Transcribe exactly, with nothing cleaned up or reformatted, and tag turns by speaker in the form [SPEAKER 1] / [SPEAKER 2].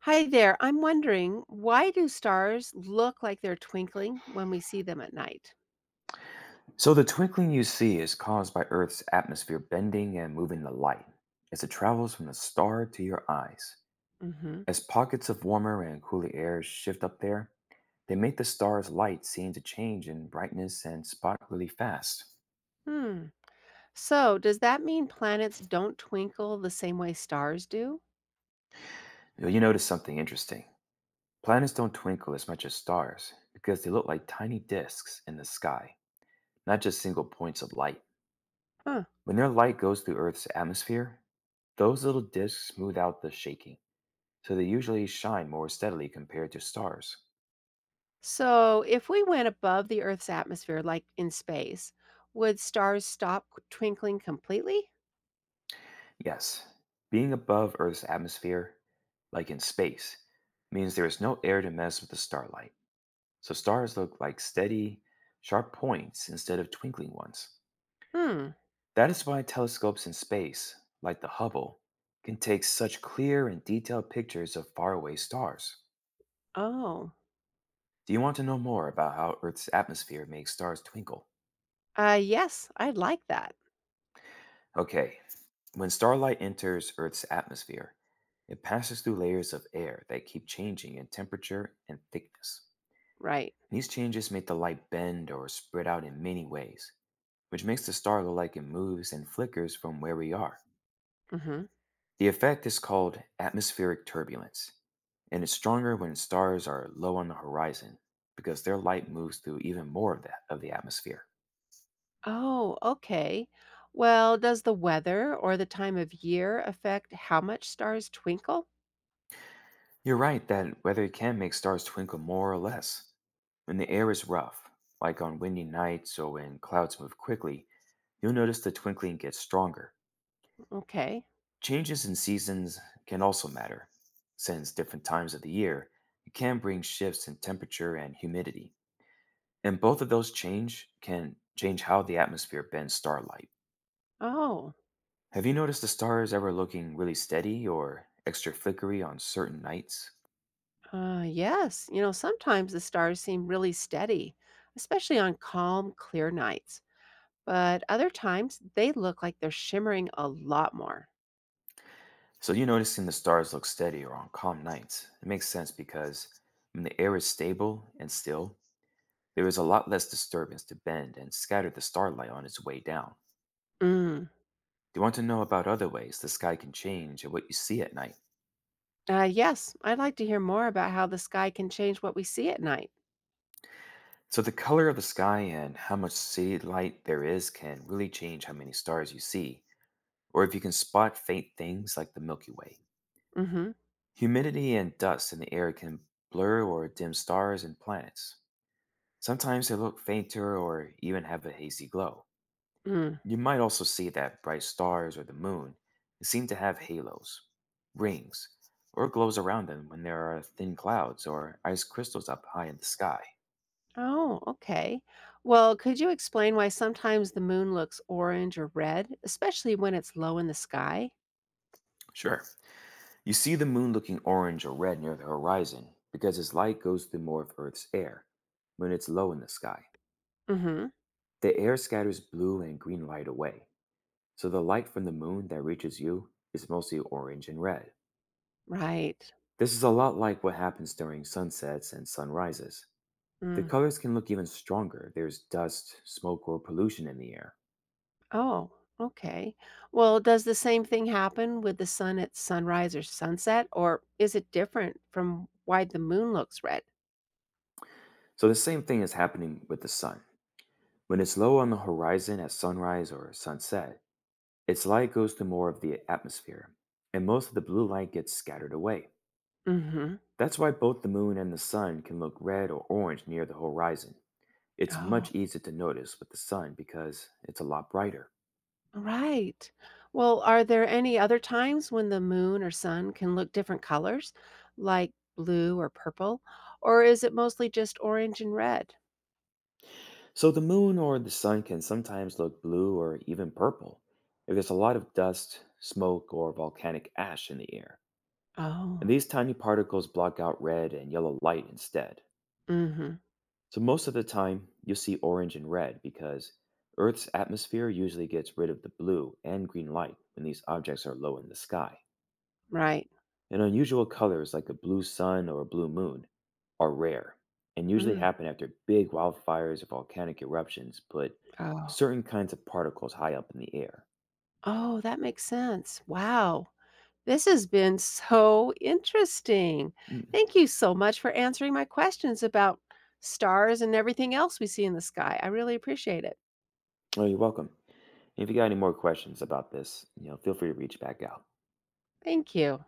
[SPEAKER 1] Hi there. I'm wondering, why do stars look like they're twinkling when we see them at night?
[SPEAKER 2] So, the twinkling you see is caused by Earth's atmosphere bending and moving the light as it travels from the star to your eyes.
[SPEAKER 1] Hmm.
[SPEAKER 2] As pockets of warmer and cooler air shift up there, they make the star's light seem to change in brightness and spot really fast.
[SPEAKER 1] Hmm. So does that mean planets don't twinkle the same way stars do?
[SPEAKER 2] Now, you notice something interesting. Planets don't twinkle as much as stars because they look like tiny disks in the sky, not just single points of light.
[SPEAKER 1] Huh.
[SPEAKER 2] When their light goes through Earth's atmosphere, those little disks smooth out the shaking so they usually shine more steadily compared to stars.
[SPEAKER 1] So if we went above the Earth's atmosphere, like in space, would stars stop twinkling completely?
[SPEAKER 2] Yes, being above Earth's atmosphere, like in space, means there is no air to mess with the starlight, so stars look like steady, sharp points instead of twinkling ones.
[SPEAKER 1] Hmm.
[SPEAKER 2] That is why telescopes in space, like the Hubble, can take such clear and detailed pictures of faraway stars.
[SPEAKER 1] Oh.
[SPEAKER 2] Do you want to know more about how Earth's atmosphere makes stars twinkle?
[SPEAKER 1] Uh yes, I'd like that.
[SPEAKER 2] Okay, when starlight enters Earth's atmosphere, it passes through layers of air that keep changing in temperature and thickness.
[SPEAKER 1] Right.
[SPEAKER 2] These changes make the light bend or spread out in many ways, which makes the star look like it moves and flickers from where we are.
[SPEAKER 1] Hmm.
[SPEAKER 2] The effect is called atmospheric turbulence, and it's stronger when stars are low on the horizon because their light moves through even more of the, of the atmosphere.
[SPEAKER 1] Oh, okay. Well, does the weather or the time of year affect how much stars twinkle?
[SPEAKER 2] You're right that weather can make stars twinkle more or less. When the air is rough, like on windy nights or when clouds move quickly, you'll notice the twinkling gets stronger.
[SPEAKER 1] Okay.
[SPEAKER 2] Changes in seasons can also matter, since different times of the year it can bring shifts in temperature and humidity. And both of those change can change how the atmosphere bends starlight.
[SPEAKER 1] Oh,
[SPEAKER 2] Have you noticed the stars ever looking really steady or extra flickery on certain nights?
[SPEAKER 1] uh, yes. You know, sometimes the stars seem really steady, especially on calm, clear nights. But other times they look like they're shimmering a lot more.
[SPEAKER 2] So you noticing the stars look steady or on calm nights. It makes sense because when the air is stable and still, there is a lot less disturbance to bend and scatter the starlight on its way down.
[SPEAKER 1] Mm.
[SPEAKER 2] Do you want to know about other ways the sky can change and what you see at night?
[SPEAKER 1] Uh, yes, I'd like to hear more about how the sky can change what we see at night.
[SPEAKER 2] So the color of the sky and how much city light there is can really change how many stars you see, or if you can spot faint things like the Milky Way.
[SPEAKER 1] Mm-hmm.
[SPEAKER 2] Humidity and dust in the air can blur or dim stars and planets. Sometimes they look fainter or even have a hazy glow.
[SPEAKER 1] Mm.
[SPEAKER 2] You might also see that bright stars or the moon seem to have halos, rings, or glows around them when there are thin clouds or ice crystals up high in the sky.
[SPEAKER 1] Oh, okay. Well, could you explain why sometimes the moon looks orange or red, especially when it's low in the sky?
[SPEAKER 2] Sure. You see the moon looking orange or red near the horizon because its light goes through more of Earth's air when it's low in the sky.
[SPEAKER 1] Mm-hmm.
[SPEAKER 2] The air scatters blue and green light away, so the light from the moon that reaches you is mostly orange and red.
[SPEAKER 1] Right.
[SPEAKER 2] This is a lot like what happens during sunsets and sunrises. The
[SPEAKER 1] Mm.
[SPEAKER 2] colors can look even stronger. There's dust, smoke, or pollution in the air.
[SPEAKER 1] Oh, okay. Well, does the same thing happen with the sun at sunrise or sunset, or is it different from why the moon looks red?
[SPEAKER 2] So, the same thing is happening with the sun. When it's low on the horizon at sunrise or sunset, its light goes to more of the atmosphere, and most of the blue light gets scattered away.
[SPEAKER 1] Mm-hmm.
[SPEAKER 2] That's why both the moon and the sun can look red or orange near the horizon. It's
[SPEAKER 1] Oh,
[SPEAKER 2] much easier to notice with the sun because it's a lot brighter.
[SPEAKER 1] right. Well, are there any other times when the moon or sun can look different colors, like blue or purple, or is it mostly just orange and red?
[SPEAKER 2] So the moon or the sun can sometimes look blue or even purple if there's a lot of dust, smoke, or volcanic ash in the air. And
[SPEAKER 1] Oh,
[SPEAKER 2] these tiny particles block out red and yellow light instead.
[SPEAKER 1] mm-hmm.
[SPEAKER 2] So most of the time, you'll see orange and red because Earth's atmosphere usually gets rid of the blue and green light when these objects are low in the sky.
[SPEAKER 1] Right.
[SPEAKER 2] And unusual colors like a blue sun or a blue moon are rare and usually
[SPEAKER 1] Mm.
[SPEAKER 2] happen after big wildfires or volcanic eruptions, but
[SPEAKER 1] Oh.
[SPEAKER 2] certain kinds of particles high up in the air.
[SPEAKER 1] Oh, that makes sense. Wow. This has been so interesting.
[SPEAKER 2] Mm.
[SPEAKER 1] Thank you so much for answering my questions about stars and everything else we see in the sky. I really appreciate it.
[SPEAKER 2] Oh, you're welcome. If you got any more questions about this, you know, feel free to reach back out.
[SPEAKER 1] Thank you.